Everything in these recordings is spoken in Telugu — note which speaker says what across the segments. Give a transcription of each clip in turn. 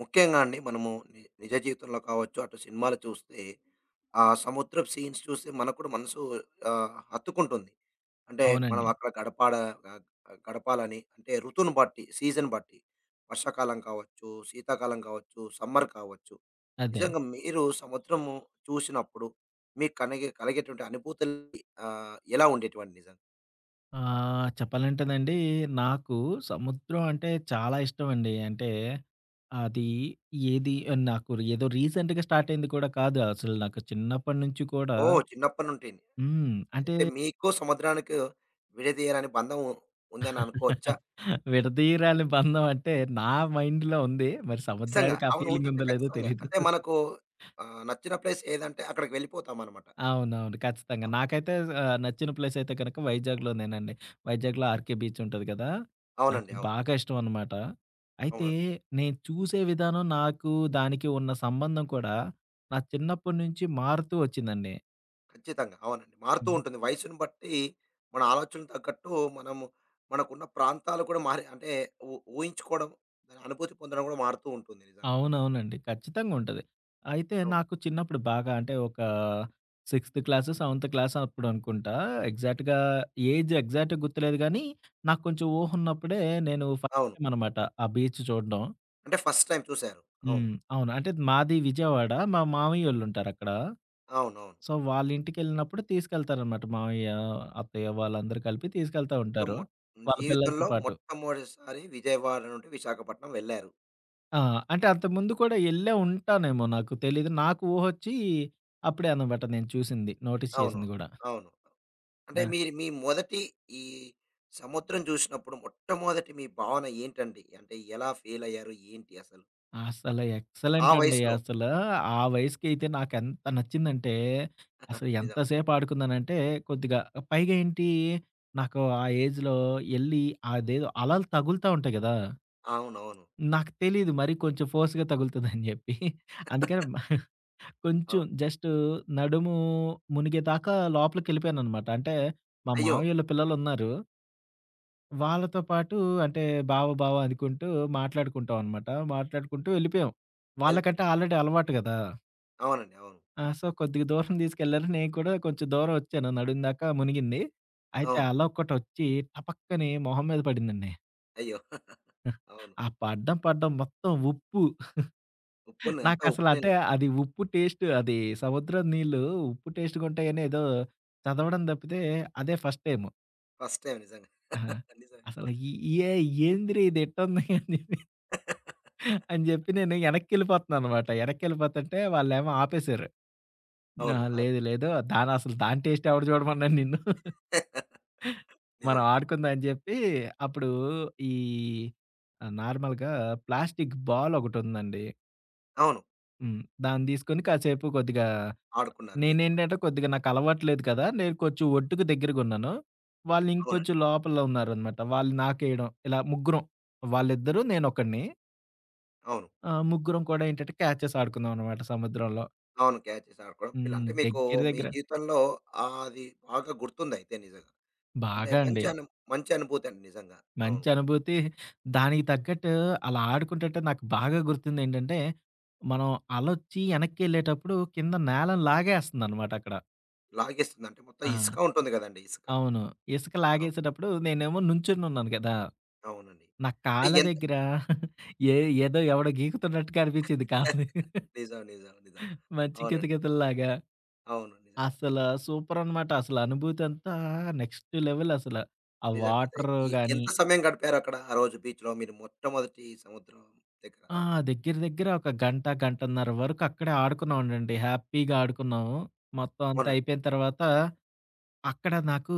Speaker 1: ముఖ్యంగా అండి మనము ని నిజ జీవితంలో కావచ్చు, అటు సినిమాలు చూస్తే, ఆ సముద్రపు సీన్స్ చూస్తే మనకు కూడా మనసు హత్తుకుంటుంది. అంటే మనం
Speaker 2: అవునండి.
Speaker 1: అక్కడ ఆహ్, గడపాలని అంటే ఋతువుని బట్టి, సీజన్ బట్టి వర్షాకాలం కావచ్చు, శీతాకాలం కావచ్చు, సమ్మర్ కావచ్చు.
Speaker 2: అదే.
Speaker 1: నిజంగా మీరు సముద్రము చూసినప్పుడు మీకు కలిగేటువంటి అనుభూతులు ఎలా ఉండేటివండి నిజంగా?
Speaker 2: చెప్పాలంటేనండి నాకు సముద్రం అంటే చాలా ఇష్టమండి. అంటే అది ఏది నాకు ఏదో రీసెంట్‌గా స్టార్ట్ అయింది కూడా కాదు. అసలు నాకు చిన్నప్పటి నుంచి కూడా
Speaker 1: ఓహ్! చిన్నప్పటి నుండి.
Speaker 2: అంటే
Speaker 1: అయితే మీకు సముద్రానికి విడదీయరాని బంధం ఉందని అనుకోవచ్చా?
Speaker 2: విడదీయరాని బంధం అంటే నా మైండ్‌లో ఉంది. మరి
Speaker 1: నిజంగా.
Speaker 2: సముద్రానికి ఆ
Speaker 1: అవును.
Speaker 2: ఫీలింగ్
Speaker 1: ఉంటుంది
Speaker 2: ఉందో లేదో
Speaker 1: ఖచ్చితంగా.
Speaker 2: తెలీదు.
Speaker 1: అంటే మనకు నచ్చిన ప్లేస్ ఏదంటే అక్కడికి వెళ్ళిపోతామనమాట.
Speaker 2: అవునవును. ఖచ్చితంగా.
Speaker 1: అవును.
Speaker 2: నాకైతే నచ్చిన ప్లేసయితే గనక వైజాగ్‌లోనేనండి. వైజాగ్‌లో 'ఆర్‌కే బీచ్' ఉంటది కదా! నాకు
Speaker 1: అవునండి. అవును.
Speaker 2: బాగా ఇష్టం అనమాట. అయితే
Speaker 1: అవునండి.
Speaker 2: నేను చూసే విధానం, నాకు దానికి ఉన్న సంబంధం కూడా నా చిన్నప్పటి నుంచి మారుతూ వచ్చిందండి.
Speaker 1: ఖచ్చితంగా. అవునండి. మారుతూ
Speaker 2: హ్మ్.
Speaker 1: ఉంటుంది. వయసును బట్టి మన ఆలోచనలకు తగ్గట్టు మనము మనకున్న ప్రాంతాలు కూడా మారి అంటే ఊ ఊహించుకోవడం, దాని అనుభూతి పొందడం కూడా మారుతూ ఉంటుంది నిజంగా.
Speaker 2: అవునవునండి. ఖచ్చితంగా ఉంటది. అయితే
Speaker 1: అవును.
Speaker 2: నాకు చిన్నప్పుడు బాగా అంటే ఒక 6థ్ క్లాసు, 7థ్ క్లాస్ అప్పుడు అనుకుంటా. ఎగ్జాక్ట్‌గా ఏజ్ ఎగ్జాక్ట్‌గా గుర్తులేదు గానీ, నాకు కొంచెం ఊహ ఉన్నప్పుడే నేను ఫస్ట్
Speaker 1: అవును.
Speaker 2: టైమ్ అనమాట ఆ బీచ్ చూడడం.
Speaker 1: అంటే ఫస్ట్ టైమ్ చూసారు. అవును.
Speaker 2: హ్మ్. అవును. అంటే మాది విజయవాడ. మా మామయ్యోళ్ళుంటారక్కడ.
Speaker 1: అవునవును.
Speaker 2: సో, వాళ్ళింటికెళ్ళినప్పుడు తీసుకెళ్తారనమాట. మామయ్య, అత్తయ్య వాళ్ళందరూ కలిపి తీసుకెళ్తా
Speaker 1: సో,
Speaker 2: ఉంటారు.
Speaker 1: మొ
Speaker 2: వాళ్ళ
Speaker 1: జీవితంలో
Speaker 2: పిల్లలతో పాటు.
Speaker 1: మొట్టమొదటిసారి విజయవాడ నుండి విశాఖపట్నం వెళ్లారు.
Speaker 2: ఆ! అంటే అంతకుముందు కూడా ఎళ్ళే ఉంటానేమో నాకు తెలీదు. నాకు ఊహొచ్చి అప్పుడే అనమాట నేను చూసింది. నోటీస్
Speaker 1: అవును.
Speaker 2: చేసింది గూడా.
Speaker 1: అవును. అంటే
Speaker 2: ఆ!
Speaker 1: మీరు మీ మొదటి ఈ సముద్రం చూసినప్పుడు మొట్టమొదటి మీ భావన ఏంటండి? అంటే ఎలా ఫీల్ అయ్యారు? ఏంటి అసలు?
Speaker 2: అసల
Speaker 1: ఆ
Speaker 2: ఎక్సలెంట్ అండి.
Speaker 1: వయసులో.
Speaker 2: అసల ఆ వయసుకైతే నాకెంత నచ్చిందంటే, అసలు ఎంత
Speaker 1: నిజం.
Speaker 2: సేపు ఆడుకున్నానంటే కొద్దిగా పైగా ఏంటి నాకు ఆ ఏజ్‌లో ఎళ్లి అదేదో అలలు తగులుతా ఉంటాయి గదా!
Speaker 1: అవునవును.
Speaker 2: నాకు తెలీదు మరి కొంచెం ఫోర్స్‌గా తగులుతదని జెప్పి. అందుకని
Speaker 1: అవును.
Speaker 2: కొంచెం
Speaker 1: అవును
Speaker 2: జస్ట్ నడుము మునిగేదాకా లోపలికెళ్ళిపోయాననమాట. అంటే మా
Speaker 1: అయ్యో!
Speaker 2: మామయ్యోళ్ళ పిల్లలున్నారు. వాళ్ళతో పాటు అంటే బావ, బావ అనుకుంటూ మాట్లాడుకుంటాం అనమాట. మాట్లాడుకుంటూ వెళ్ళిపోయాం.
Speaker 1: వెళ్ళిపోయారు.
Speaker 2: వాళ్ళకంటే ఆల్రెడీ అలవాటు గదా!
Speaker 1: అవునండి. అవును.
Speaker 2: ఆ! సో, కొద్దిగా దూరం తీసుకెళ్లారు. నేను కూడా కొంచెం దూరం వచ్చాను. నడుం దాకా మునిగింది. అయితే
Speaker 1: అవును.
Speaker 2: అల ఒకటొచ్చి టపక్కని మొహం మీద పడిందండి.
Speaker 1: అయ్యో! అవును.
Speaker 2: ఆ పడ్డం, పడ్డం మొత్తం ఉప్పు.
Speaker 1: ఉప్పు నీ అంతా ఉప్పు
Speaker 2: నాకసలు అంటే
Speaker 1: నీళ్ళు.
Speaker 2: అది ఉప్పు టేస్ట్ అది సముద్రం నీళ్ళు ఉప్పు టేస్ట్‌గా ఉంటాయని ఏదో చదవడం తప్పితే అదే ఫస్ట్ టైము.
Speaker 1: ఫస్ట్ టైమ్ నిజంగా. నిజమే.
Speaker 2: అసలు ఈ ఏ ఏందిరా ఇది ఎట్టుంది అని చెప్పి అని జెప్పి నేను యెనక్కెళ్ళిపోతున్నాననమాట. యెనక్కెళ్ళిపోతుంటే వాళ్ళేమో ఆపేశారు. అహా!
Speaker 1: అవును.
Speaker 2: లేదు, లేదు. అసలు దాని టేస్ట్ ఎవడు జూడమన్నాడు నిన్ను. మనం
Speaker 1: నిజమే.
Speaker 2: ఆడుకుందాం అని జెప్పి అప్పుడు ఈ నార్మల్‌గా ప్లాస్టిక్ బాలొకటుందండి.
Speaker 1: అవును.
Speaker 2: హ్మ్. దాన్ని తీసుకొని కాసేపు కొద్దిగా
Speaker 1: ఆడుకున్నారు బీచ్‌లో.
Speaker 2: నేనేంటంటే కొద్దిగా నాకలవాట్లేదు కదా! నేను కొంచెం ఒట్టుకి దగ్గరగున్నాను. వాళ్ళు
Speaker 1: అవునండి.
Speaker 2: ఇంకొంచెం లోపల ఉన్నారనమాట. వాళ్ళు నాకేయడం ఇలా ముగ్గురం. వాళ్ళిద్దరు నేనొకడిని.
Speaker 1: అవును.
Speaker 2: ముగ్గురం కూడా ఏంటంటే క్యాచెస్ ఆడుకున్నాం అనమాట సముద్రంలో.
Speaker 1: అవును. క్యాచ్ చేసి ఆడుకోవడం. పిల్ల
Speaker 2: హ్మ్.
Speaker 1: అంటే మీకు
Speaker 2: దగ్గర
Speaker 1: మీ
Speaker 2: దగ్గర
Speaker 1: జీవితంలో ఆది బాగా గుర్తుందయితే నిజంగా. అంటే
Speaker 2: బాగా అండి.
Speaker 1: మంచి అనుభూతి అండి నిజంగా. అవును.
Speaker 2: మంచి అనుభూతి. దానికి తగ్గట్టు అలా ఆడుకుంటుంటే నాకు బాగా గుర్తుందేంటంటే, మనం అలొచ్చి ఎనక్కేళ్ళేటప్పుడు కింద నేలను లాగేస్తుందనమాటక్కడ.
Speaker 1: లాగేస్తుంది. అంటే మొత్తం
Speaker 2: ఆ!
Speaker 1: ఇసుక ఉంటుంది గదండీ! ఇసుక.
Speaker 2: అవును. ఇసుక
Speaker 1: అవును.
Speaker 2: లాగేసేటప్పుడు నేనేమో నుంచొనున్నాను గదా!
Speaker 1: అవునండి.
Speaker 2: నా
Speaker 1: అంటే
Speaker 2: కాళ్ళ
Speaker 1: ఎంత
Speaker 2: దగ్గర ఏ ఏదో ఎవడో గీకుతున్నట్టుగా అనిపించింది కాలుని.
Speaker 1: నిజం. నిజం. నిజం.
Speaker 2: మంచి
Speaker 1: అవునండి.
Speaker 2: కితకితల్లాగా.
Speaker 1: అవును. నిజంగా.
Speaker 2: అసల సూపరనమాట. అసల అనుభూతంతా నెక్స్ట్ లెవెల్ అసల. ఆ
Speaker 1: నిజంగా. అదే
Speaker 2: వాటరు గాని
Speaker 1: ఎంత సమయం గడిపారక్కడ ఆ రోజు బీచ్‌లో మీరు మొట్టమొదటి సముద్రం దగ్గర?
Speaker 2: ఆ! దగ్గర దగ్గర ఒక గంట, గంటన్నర వరకు అక్కడే ఆడుకున్నామండండి. హ్యాపీగా ఆడుకున్నాము. మొత్తం అంతా
Speaker 1: అవునండి.
Speaker 2: అయిపోయిన తర్వాత, అక్కడ నాకు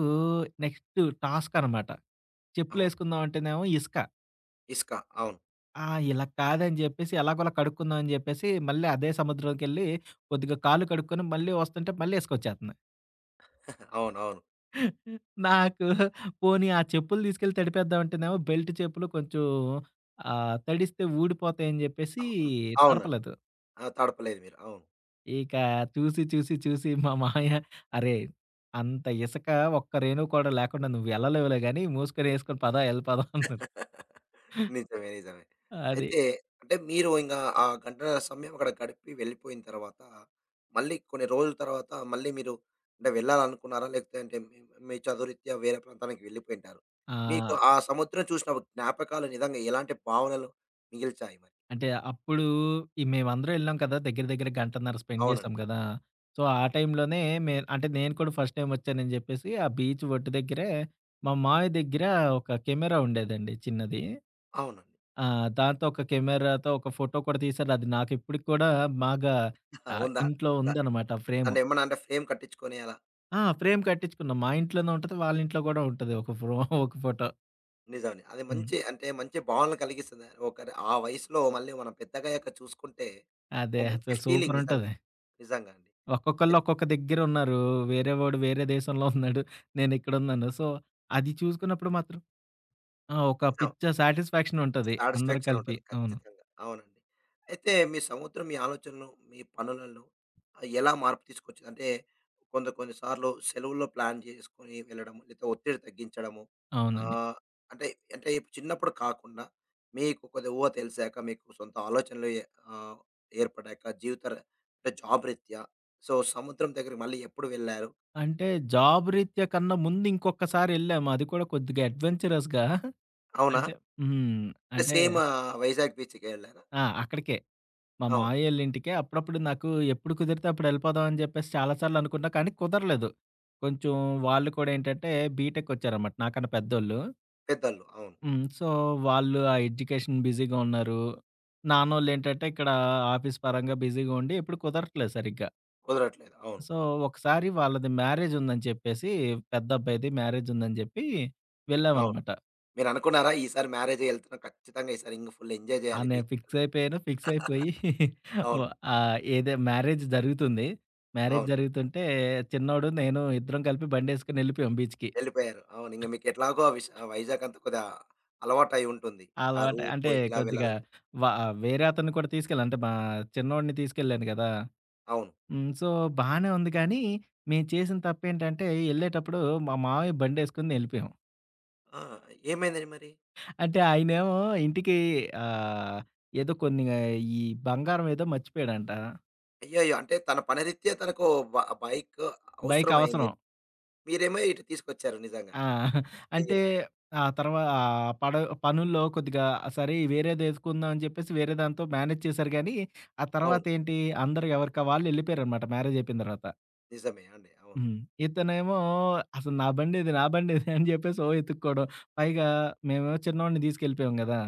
Speaker 2: నెక్స్ట్ టాస్క్ అనమాట.
Speaker 1: అవును.
Speaker 2: చెప్పులేసుకుందామంటేనేమో ఇసుక.
Speaker 1: ఇసుక. అవును.
Speaker 2: ఆ! ఇలా కాదని జెప్పేసి ఎలాగోలా కడుక్కుందాం అని జెప్పేసి, మళ్ళీ అదే సముద్రంకెళ్ళి కొద్దిగా కాళ్ళు కడుక్కొని మళ్ళీ వస్తుంటే మళ్ళీ ఇసుకొచ్చేత్తంది.
Speaker 1: అవునవును.
Speaker 2: నాకు పోనీ ఆ చెప్పులు తీసుకెళ్ళి తడిపేద్దామంటేనేమో బెల్ట్ చెప్పులు కొంచెం తడిస్తే ఊడిపోతాయని జెప్పేసి
Speaker 1: అవును. అవును అవునండి.
Speaker 2: తడపలేదు.
Speaker 1: ఆ! తడపలేదు మీరు. అవును.
Speaker 2: ఇక చూసి మా మామయ్య "అరేయ్! అంత ఇసక ఒక్క రేణువు కూడా లేకుండా నువ్వెళ్ళలేవులే గాని, మూసుకొని ఏసుకొని పదా ఎళ్ళిపోదాం" అన్నారు.
Speaker 1: నిజమే. నిజమే.
Speaker 2: అది.
Speaker 1: అయితే అంటే మీరు ఇంగా ఆ గంట సమయం అక్కడ గడిపి వెళ్ళిపోయిన తర్వాత, మళ్ళీ కొన్ని రోజుల తర్వాత మళ్ళీ మీరు అంటే వెళ్ళాలనుకున్నారా? లేకపోతే అంటే మీ మీ చదువురీత్యా వేరే ప్రాంతానికి వెళ్ళిపోయుంటారు. మీకు
Speaker 2: ఆహ్,
Speaker 1: ఆ సముద్రం చూసిన జ్ఞాపకాలు నిజంగా ఎలాంటి భావనలు మిగిల్చాయి మరి?
Speaker 2: అంటే అప్పుడు మేమందరం ఎళ్ళాం కదా! దగ్గర దగ్గర గంటన్నర స్పెండ్ చేశాం
Speaker 1: అవునండి.
Speaker 2: కదా! సో, ఆ టైంలోనే అంటే నేను కూడా ఫస్ట్ టైమ్ వచ్చానని చెప్పేసి, ఆ బీచ్ ఒడ్డు దగ్గరే మా మావయ్య దగ్గర ఒక కెమెరా ఉండేదండి చిన్నది.
Speaker 1: అవునండి.
Speaker 2: ఆ! దాంతో ఒక కెమెరాతో ఒక ఫోటో కూడా తీశారు. అది నాకిప్పటికి కూడా బాగా
Speaker 1: ఉందా?
Speaker 2: ఇంట్లో
Speaker 1: దా
Speaker 2: ఉందనమాట ఫ్రేమ్.
Speaker 1: దాన్నేమన్నా అంటే ఫ్రేమ్ కట్టించుకొని అలా
Speaker 2: ఆ! ఫ్రేమ్ కట్టించుకున్నాం. మా ఇంట్లోనే ఉంటది. వాళ్ళ ఇంట్లో గూడా ఉంటది. ఒక ఫోటో.
Speaker 1: నిజమే. అది
Speaker 2: హ్మ్.
Speaker 1: మంచి అంటే మంచి భావనలు కలిగిస్తుంది. ఒకరి ఆ వయసులో మళ్ళీ మనం పెద్దగయ్యాక చూసుకుంటే, ఓ
Speaker 2: అదే
Speaker 1: మంచి
Speaker 2: అసలు
Speaker 1: ఫీలింగ్ నిజంగా.
Speaker 2: సూపరుంటది.
Speaker 1: నిజంగా అండి.
Speaker 2: ఒక్కొక్కళ్ళు ఒక్కొక్క దగ్గరున్నారు. వేరే వాడు వేరే దేశంలో ఉన్నాడు. నేనిక్కడున్నాను. సో, అది చూసుకున్నప్పుడు మాత్రం ఆ! ఒక
Speaker 1: నిజం.
Speaker 2: పిచ్చ సాటిస్ఫాక్షన్ ఉంటది. అందరం
Speaker 1: సాటిస్ఫాక్షన్
Speaker 2: కలిపి.
Speaker 1: ఉంటుంది.
Speaker 2: అవును.
Speaker 1: ఖచ్చితంగా. అవునండి. అయితే మీ సముద్రం మీ ఆలోచనలు, మీ పనులలో ఎలా మార్పు తీసుకొచ్చింది? అంటే కొంత కొన్ని సార్లు సెలవుల్లో ప్లాన్ చేసుకొని వెళ్ళడం, లేతే ఒత్తిడి తగ్గించడము.
Speaker 2: అవునండి.
Speaker 1: ఆహ్, అంటే అంటే ఇప్పుడు చిన్నప్పుడు కాకుండా మీకు కొద్దిగా ఊహ తెలిసాక, మీకు సొంత ఆలోచనలు ఆహ్, ఏర్పడ్డాక జీవిత ర అంటే జాబ్ రీత్యా సో, సముద్రం దగ్గరికి మళ్ళీ ఎప్పుడు వెళ్లారు?
Speaker 2: అంటే జాబ్ రీత్యా కన్నా ముందు ఇంకొకసారెళ్ళాము. అది కూడా కొద్దిగా అడ్వెంచరస్‌గా.
Speaker 1: అవునా?
Speaker 2: అంటే హ్మ్. అంటే
Speaker 1: సేమ్ వైజాగ్ బీచ్‌కే వెళ్లారా?
Speaker 2: ఆ! అక్కడికే. మా
Speaker 1: అవును.
Speaker 2: మావయ్యోళ్ళింటికే. అప్పుడప్పుడు నాకు ఎప్పుడు కుదిరితే అప్పుడు వెళ్ళిపోదాం అని చెప్పేసి చాలా సార్లు అనుకున్నా. కానీ కుదరలేదు. కొంచెం వాళ్ళు కూడా ఏంటంటే బీటెక్ వచ్చారన్నమాట. నాకన్నా పెద్దోళ్ళు.
Speaker 1: పెద్దోళ్ళు. అవును.
Speaker 2: హ్మ్. సో, వాళ్ళు ఆ ఎడ్యుకేషన్ బిజీగా ఉన్నారు. నాన్నోళ్ళేంటంటే ఇక్కడ ఆఫీస్ పరంగా బిజీగా ఉండి ఎప్పుడు కుదరట్లేదు సరిగ్గా.
Speaker 1: కుదరట్లేదు. అవును.
Speaker 2: సో, ఒకసారి వాళ్ళది మ్యారేజ్ ఉందని చెప్పేసి పెద్ద అబ్బాయిది మ్యారేజ్ ఉందని చెప్పి
Speaker 1: అవును.
Speaker 2: వెళ్ళామన్నమాట.
Speaker 1: మీరనుకున్నారా? ఈసారి మ్యారేజే ఎళ్తున్నాం ఖచ్చితంగా ఈసారి ఇంగ ఫుల్ ఎంజాయ్
Speaker 2: ఆ!
Speaker 1: జేయాలి
Speaker 2: నేను ఫిక్స్
Speaker 1: బీచ్‌కెళ్ళి.
Speaker 2: అయిపోయాను. ఫిక్స్ అయిపోయి వ
Speaker 1: అవును.
Speaker 2: ఏదే మ్యారేజ్ జరుగుతుంది. మ్యారేజ్
Speaker 1: అవును.
Speaker 2: జరుగుతుంటే చిన్నోడు, నేను ఇద్దరం కలిపి బండేసుకొని ఎళ్ళిపోయాం బీచ్‌కి.
Speaker 1: ఎళ్ళిపోయారు. అవును. ఇంగ మీకెట్లాగో ఆ విష్ ఆ వైజాగ్ అంతా కొద్దిగా అలవాటయి ఉంటుంది. ఆ
Speaker 2: అలవాటు అంటే
Speaker 1: రూటు ఎలా
Speaker 2: కొద్దిగా
Speaker 1: వెళ్ళాలి
Speaker 2: వ
Speaker 1: అవును.
Speaker 2: వేరే అతన్ని కూడా తీసుకెళ్ళాను. అంటే మా చిన్నోడిని తీసుకెళ్ళాను గదా!
Speaker 1: అవును.
Speaker 2: హ్మ్. సో, బానే ఉంది కానీ, మేము చేసిన తప్పేంటంటే ఎళ్ళేటప్పుడు మా మావయ్య బండేసుకొని ఎళ్ళిపోయాం.
Speaker 1: ఆ! ఏమైందండి మరి?
Speaker 2: అంటే ఆయనేమో ఇంటికి ఆహ్, ఏదో కొన్ని ఈ బంగారం ఏదో మర్చిపోయాడంట.
Speaker 1: అయ్యయ్యో! అంటే తన పనిరీత్యా తనకు బ బైక్
Speaker 2: బైక్
Speaker 1: అవసరమైంది.
Speaker 2: అవసరం.
Speaker 1: మీరేమో ఇటు తీసుకొచ్చారు నిజంగా.
Speaker 2: ఆ! అంటే
Speaker 1: అయ్యో!
Speaker 2: ఆ తర్వా పనుల్లో కొద్దిగా సరే వేరేదేసుకుందాం అని చెప్పేసి వేరే దాంతో మేనేజ్ చేశారు గానీ, ఆ
Speaker 1: అవును.
Speaker 2: తర్వాతేంటి అందరూ ఎవరికా వాళ్ళు యెళ్ళిపోయారనమాట మ్యారేజయిపోయిన తర్వాత.
Speaker 1: నిజమే అండి. అవును.
Speaker 2: హ్మ్. ఇతనేమో అసలు నా బండిది, నా బండిది అని జెప్పేసి ఓ ఎతుక్కోవడం. పైగా మేమేమో చిన్నోడిని తీసుకెళ్ళిపోయాం గదా!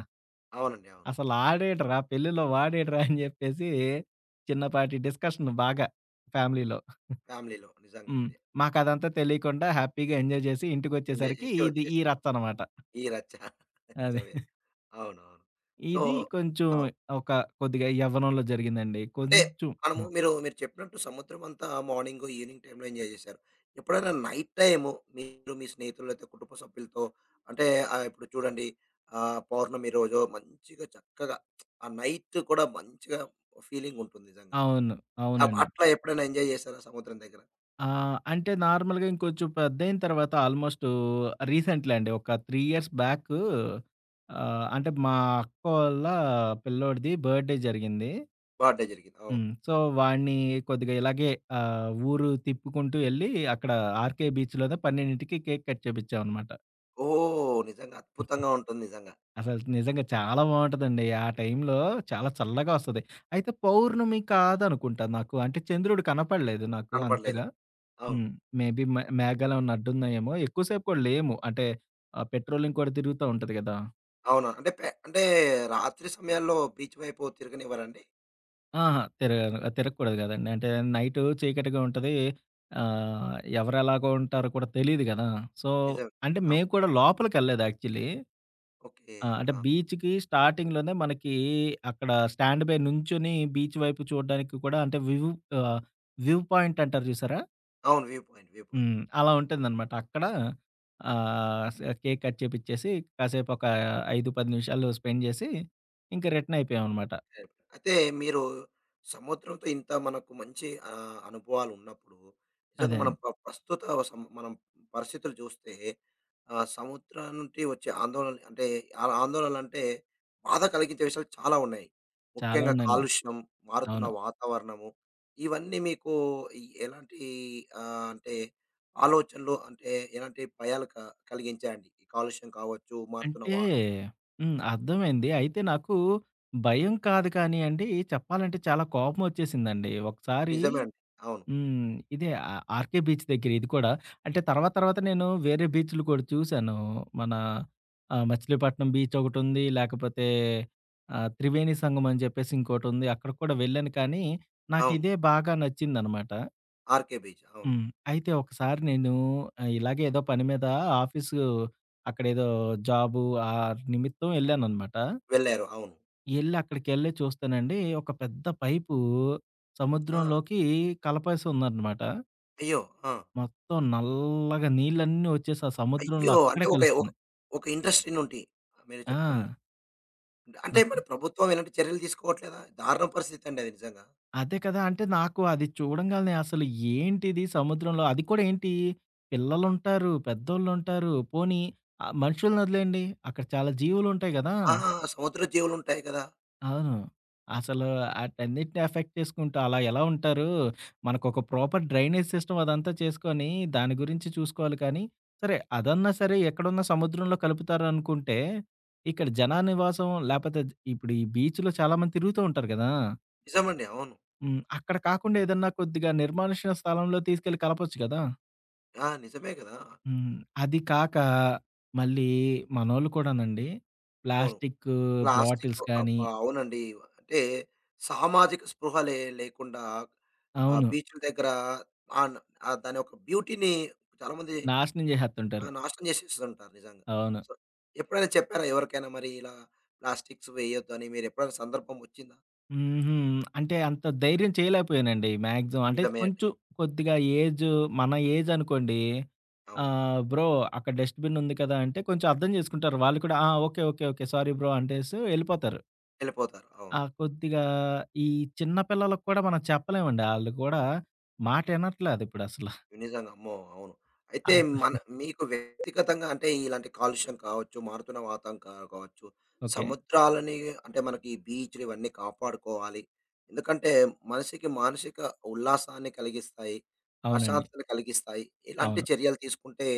Speaker 1: అవునండి. అవును.
Speaker 2: అసలు ఆడేంట్రా పెళ్ళిలో వాడేంట్రా అని జెప్పేసి చిన్నపాటి డిస్కషన్ బాగా ఫ్యామిలీలో.
Speaker 1: ఫ్యామిలీలో నిజంగా
Speaker 2: హ్మ్.
Speaker 1: అండి. ఆ!
Speaker 2: మాకదంతా తెలియకుండా హ్యాపీగా ఎంజాయ్ జేసి
Speaker 1: ఎంజాయ్
Speaker 2: ఇంటికొచ్చేసరికి
Speaker 1: జేసి
Speaker 2: ఇది ఈ
Speaker 1: వచ్చేసారు.
Speaker 2: రచ్చ అనమాట.
Speaker 1: ఈ రచ్చ నిజమే.
Speaker 2: అది.
Speaker 1: అవునవును. సో
Speaker 2: ఇది కొంచెం
Speaker 1: అవు
Speaker 2: ఒక కొద్దిగా యవ్వనంలో జరిగిందండి.
Speaker 1: అంటే
Speaker 2: కొంచెం
Speaker 1: మనము
Speaker 2: హ్మ్.
Speaker 1: మీరు, మీరు చెప్పినట్టు సముద్రం అంతా మార్నింగు, ఈవెనింగ్ టైమ్‌లో ఎంజాయ్ చేశారు. ఎప్పుడైనా నైట్ టైము మీరు మీ స్నేహితులతో, కుటుంబ సభ్యులతో అంటే ఇప్పుడు చూడండి పౌర్ణమి రోజో మంచిగా చక్కగా ఆ నైట్ కూడా మంచిగా ఫీలింగ్ ఉంటుంది నిజంగా.
Speaker 2: అవును.
Speaker 1: అప్
Speaker 2: అవునండి.
Speaker 1: అట్లా ఎప్పుడైనా ఎంజాయ్ చేశారా సముద్రం దగ్గర?
Speaker 2: అంటే నార్మల్‌గా ఇంకొంచెం పెద్దయిన తర్వాత ఆల్‌మోస్ట్ రీసెంట్‌లీ అండి. ఒక 3 ఇయర్స్ బ్యాక్ అంటే మా అక్కోళ్ళ పిల్లోడిది బర్త్‌డే జరిగింది.
Speaker 1: బర్త్‌డే జరిగింది. అవును.
Speaker 2: హ్మ్. సో, వాడిని కొద్దిగా ఇలాగే ఊరు తిప్పుకుంటూ ఎళ్లి అక్కడ ఆర్‌కే బీచ్‌లోనే 12కి కేక్ కట్ చేపిచ్చామనమాట.
Speaker 1: ఓహ్! నిజంగా అద్భుతంగా ఉంటుంది నిజంగా.
Speaker 2: అసలు నిజంగా చాలా బావుంటదండి. ఆ టైంలో చాలా చల్లగా వస్తది. అయితే పౌర్ణమి కాదనుకుంటా నాకు. అంటే చంద్రుడు కనపడలేదు నాకు
Speaker 1: కనపడలేదు.
Speaker 2: అంతగా.
Speaker 1: అవును.
Speaker 2: హ్మ్. మేబీ మేఘాలేమన్నా అడ్డున్నాయేమో. ఎక్కువ సేపు కూడా లేము. అంటే పెట్రోలింగ్ కూడా తిరుగుతా ఉంటది గదా!
Speaker 1: అవునా? అంటే పె అంటే రాత్రి సమయాల్లో బీచ్ వైపు తిరగనివ్వరండి?
Speaker 2: అహా! తిరగను తిరగకూడదు గదండీ. అంటే నైటు చీకటిగా ఉంటది. ఆహ్, ఎవరెలాగా ఉంటారో కూడా తెలీదు గదా! సో,
Speaker 1: నిజమే.
Speaker 2: అంటే
Speaker 1: అవును.
Speaker 2: మేము కూడా లోపలికెళ్ళలేదు యాక్చువల్లీ.
Speaker 1: ఓకే.
Speaker 2: ఆ! అంటే
Speaker 1: ఆ!
Speaker 2: బీచ్‌కి స్టార్టింగ్‌లోనే మనకి అక్కడ స్టాండ్ బై నుంచొని బీచ్ వైపు చూడడానికి కూడా అంటే ఆహ్, వ్యూ పాయింట్ అంటారు చూసారా?
Speaker 1: అవును. View point. View point.
Speaker 2: హ్మ్. అలా ఉంటుందనమాట. అక్కడ కేక్ కట్ చేపిచ్చేసి కాసేపు ఒక 5, 10 నిమిషాలు స్పెండ్ చేసి ఇంక రిటర్న్ అయిపోయామనమాట.
Speaker 1: కరెక్ట్. అయితే మీరు సముద్రంతో ఇంత మనకు మంచి అనుభవాలున్నప్పుడు నిజంగా
Speaker 2: అదే అండి.
Speaker 1: మనం ప్రస్తుత సం మనం పరిస్థితులు చూస్తే సముద్రం నుండి వచ్చే ఆందోళనలు అంటే ఆ ఆందోళనలంటే బాధ కలిగించే విషయాలు చాలా ఉన్నాయి.
Speaker 2: చాలా
Speaker 1: ముఖ్యంగా
Speaker 2: ఉందండి.
Speaker 1: కాలుష్యం, మారుతున్న
Speaker 2: అవును.
Speaker 1: వాతావరణము ఇవన్నీ మీకు ఎలాంటి అంటే ఆలోచనలు అంటే ఎలాంటి భయాలు కలిగించాయండి? ఈ కాలుష్యం కావచ్చు, మారుతున్న
Speaker 2: అంటే
Speaker 1: వాత
Speaker 2: హ్మ్. అర్థమైంది. అయితే నాకు భయం కాదు కానియండి చెప్పాలంటే చాలా కోపమొచ్చేసిందండి. ఒకసారి
Speaker 1: నిజమే అండి. అవును.
Speaker 2: హ్మ్. ఇదే ఆ 'ఆర్‌కే బీచ్' దగ్గర ఇది కూడా. అంటే తర్వాత తర్వాత నేను వేరే బీచ్‌లు కూడా చూసాను. మన మచిలీపట్నం బీచ్ ఒకటుంది. లేకపోతే త్రివేణి సంగమం అని చెప్పేసి ఇంకోటుంది. అక్కడికి కూడా వెళ్ళాను కానీ
Speaker 1: అవును.
Speaker 2: నాకిదే బాగా నచ్చిందనమాట.
Speaker 1: RK beach. అవును.
Speaker 2: హ్మ్. అయితే ఒకసారి నేను ఇలాగే ఏదో పని మీద ఆఫీసు అక్కడేదో జాబు ఆ నిమిత్తం ఎళ్ళాననమాట.
Speaker 1: వెళ్లారు. అవును.
Speaker 2: ఎళ్లి అక్కడికెళ్ళి చూస్తానండి ఒక పెద్ద పైపు
Speaker 1: ఆ!
Speaker 2: సముద్రంలోకి కలపేసి ఉందనమాట.
Speaker 1: అయ్యో! ఆ!
Speaker 2: మొత్తం నల్లగా నీళ్ళన్నీ వచ్చేసి ఆ సముద్రంలో
Speaker 1: అయ్యో! అంటే
Speaker 2: అక్కడే
Speaker 1: ఒక ఒక
Speaker 2: కలుస్తున్నాయి.
Speaker 1: ఒక ఇండస్ట్రీ నుండి మీరు
Speaker 2: ఆ!
Speaker 1: చెప్తుంది. అంటే అంటే మరి
Speaker 2: అసలు.
Speaker 1: ప్రభుత్వం ఎలాంటి చర్యలు తీసుకోవట్లేదా? దారుణ పరిస్థితి అండి అది నిజంగా.
Speaker 2: అదే కదా! అంటే నాకు అది చూడంగాల్నే అసలు ఏంటిది సముద్రంలో అది కూడా ఏంటి పిల్లలుంటారు, పెద్దోళ్ళుంటారు, పోనీ మనుషుల్ని వదిలేయండి అక్కడ చాలా జీవులుంటాయి గదా!
Speaker 1: ఆ! సముద్ర జీవులుంటాయి కదా!
Speaker 2: అవును. అసలు ఆటన్నిటిని ఎఫెక్ట్ చేసుకుంటూ అలా ఎలా ఉంటారు? మనకొక ప్రాపర్ డ్రైనేజ్ సిస్టమ్ అదంతా చేసుకొని, దాని గురించి చూసుకోవాలి కానీ, సరే అదన్నా సరే ఎక్కడున్నా సముద్రంలో కలుపుతారనుకుంటే, ఇక్కడ జనానివాసం లేపోతే ఇప్పుడు ఈ బీచ్‌లో చాలా మంది తిరుగుతూ ఉంటారు గదా!
Speaker 1: నిజమండి. అవును.
Speaker 2: హ్మ్. అక్కడ కాకుండా ఏదన్నా కొద్దిగా నిర్మానుష్య స్థలంలో తీసుకెళ్ళి కలపొచ్చు గదా!
Speaker 1: ఆ! నిజమే కదా!
Speaker 2: హ్మ్. అది కాక మళ్ళీ మనోళ్ళు కూడానండి
Speaker 1: అవును.
Speaker 2: ప్లాస్టిక్కు
Speaker 1: ప్లాస్టిక్
Speaker 2: బాటిల్స్ కానీ
Speaker 1: అబ్బా! అవునండి. అంటే సామాజిక స్పృహ లేకుండా ఆ
Speaker 2: అవును.
Speaker 1: బీచ్‌ల దగ్గర ఆన్ ఆ దాని యొక్క బ్యూటీని చాలామంది
Speaker 2: నాశనం
Speaker 1: ఆ!
Speaker 2: జేసేత్తుంటారు.
Speaker 1: నాశనం చేసేస్తుంటారు నిజంగా.
Speaker 2: అవును.
Speaker 1: సో, ఎప్పుడైనా చెప్పారా ఎవరికైనా మరి ఇలా ప్లాస్టిక్స్ వేయొద్దని మీరెప్పుడైనా సందర్భం వచ్చిందా?
Speaker 2: హుహు. అంటే అంత ధైర్యం చేయలేకపోయానండి మాక్సిమం. అంటే
Speaker 1: నిజమే అండి.
Speaker 2: కొంచెం కొద్దిగా ఏజ్ మన ఏజ్ అనుకోండి.
Speaker 1: అవును.
Speaker 2: "బ్రో అక్కడ డస్ట్‌బిన్ ఉంది కదా!" అంటే కొంచెం అర్థం చేసుకుంటారు. వాళ్ళు కూడా "ఆ! Okay. Okay. Okay. Sorry bro" అంటేసి ఎళ్ళిపోతారు.
Speaker 1: వెళ్ళిపోతారు. అవును.
Speaker 2: ఆ! కొద్దిగా ఈ చిన్న పిల్లలకి కూడా మనం చెప్పలేమండి. ఆళ్ళు కూడా మాట ఇనట్లేదు ఇప్పుడసల.
Speaker 1: నిజంగా అమ్మో! అవును. అయితే
Speaker 2: అసలు
Speaker 1: మన మీకు వ్యక్తిగతంగా అంటే ఇలాంటి కాలుష్యం కావచ్చు, మారుతున్న వాతావరణం కావచ్చు,
Speaker 2: ఓకే.
Speaker 1: సముద్రాలని అంటే మనకి ఈ బీచ్‌లు ఇవన్నీ కాపాడుకోవాలి. ఎందుకంటే మనిషికి మానసిక ఉల్లాసాన్ని కలిగిస్తాయి,
Speaker 2: అవునండి.
Speaker 1: ప్రశాంతతను కలిగిస్తాయి. ఇలాంటి
Speaker 2: అవును.
Speaker 1: చర్యలు తీసుకుంటే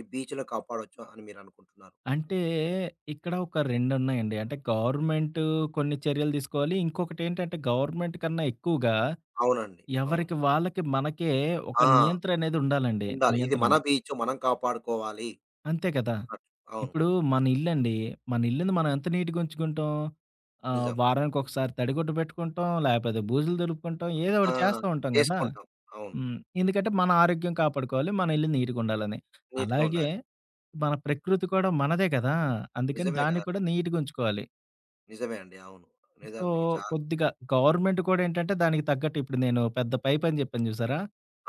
Speaker 1: ఈ బీచ్‌లు కాపాడొచ్చు అని మీరనుకుంటున్నారు?
Speaker 2: అంటే ఇక్కడ ఒక రెండున్నాయండి. అంటే గవర్నమెంట్ కొన్ని చర్యలు తీసుకోవాలి. ఇంకొకటేంటంటే గవర్నమెంట్ కన్నా ఎక్కువగా
Speaker 1: అవునండి. అవును.
Speaker 2: ఎవరికి వాళ్ళకి మనకే ఒక
Speaker 1: ఆ!
Speaker 2: నియంత్రనేది ఉండాలండి.
Speaker 1: ఉండాలి. ఇది మన
Speaker 2: నియంత్రణ.
Speaker 1: బీచ్ మనం కాపాడుకోవాలి
Speaker 2: అంతే కదా!
Speaker 1: అన్నట్టు. అవును.
Speaker 2: ఇప్పుడు మన ఇల్లండి. మన ఇల్లుని మనం ఎంత నీట్‌గా ఉంచుకుంటాం?
Speaker 1: నిజం.
Speaker 2: వారానికొకసారి తడిగుడ్డ పెట్టుకుంటాం, లేపోతే బూజులు దులుపుకుంటాం. ఏదో
Speaker 1: ఆ!
Speaker 2: ఒకటి చేస్తూ ఉంటాం గదా!
Speaker 1: చేసుకుంటాం. అవును.
Speaker 2: హ్మ్. ఎందుకంటే మన ఆరోగ్యం కాపాడుకోవాలి. మన ఇల్లు నీట్‌గుండాలని.
Speaker 1: నీట్‌గా
Speaker 2: అలాగే
Speaker 1: ఉండాలి.
Speaker 2: మన ప్రకృతి కూడా మనదే కదా! అందుకని
Speaker 1: నిజమే
Speaker 2: దాన్ని
Speaker 1: కదా!
Speaker 2: కూడా నీట్‌గా ఉంచుకోవాలి.
Speaker 1: నిజమే అండి. అవును.
Speaker 2: సో,
Speaker 1: నిజానికి చా
Speaker 2: కొద్దిగా గవర్నమెంట్ కూడా ఏంటంటే దానికి తగ్గట్టు ఇప్పుడు నేను పెద్ద పై పని జెప్పాను జూసారా?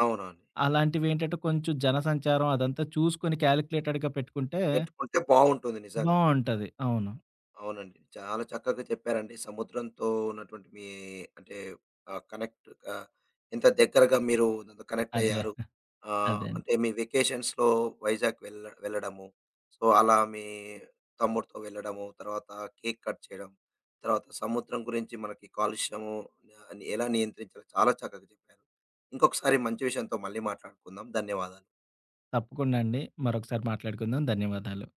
Speaker 1: అవునండి.
Speaker 2: అలాంటివేంటంటే కొంచెం జనసంచారం అదంతా చూసుకొని క్యాలిక్యులేటెడ్‌గా పెట్టుకుంటే
Speaker 1: పెట్టుకుంటే బావుంటుంది నిజంగా.
Speaker 2: బావుంటది. అవును.
Speaker 1: అవునండి. చాలా చక్కగా చెప్పారండి. సముద్రంతో ఉన్నటువంటి మీ అంటే కనెక్ట్ ఎంత దగ్గరగా మీరు కనెక్ట్
Speaker 2: అదే.
Speaker 1: అయ్యారు.
Speaker 2: అదే అండి.
Speaker 1: అంటే మీ వెకేషన్స్‌లో వైజాగ్ వెళ్ వెళ్ళడము. సో, అలా మీ తమ్ముడితో వెళ్ళడము, తర్వాత కేక్ కట్ చేయడం, తర్వాత సముద్రం గురించి మనకి కాలుష్యము ఎలా నియంత్రించాలో చాలా చక్కగా చెప్పారు. ఇంకొకసారి మంచి విషయంతో మళ్ళీ మాట్లాడుకుందాం. ధన్యవాదాలు.
Speaker 2: తప్పకుండా అండి. మరొకసారి మాట్లాడుకుందాం. ధన్యవాదాలు.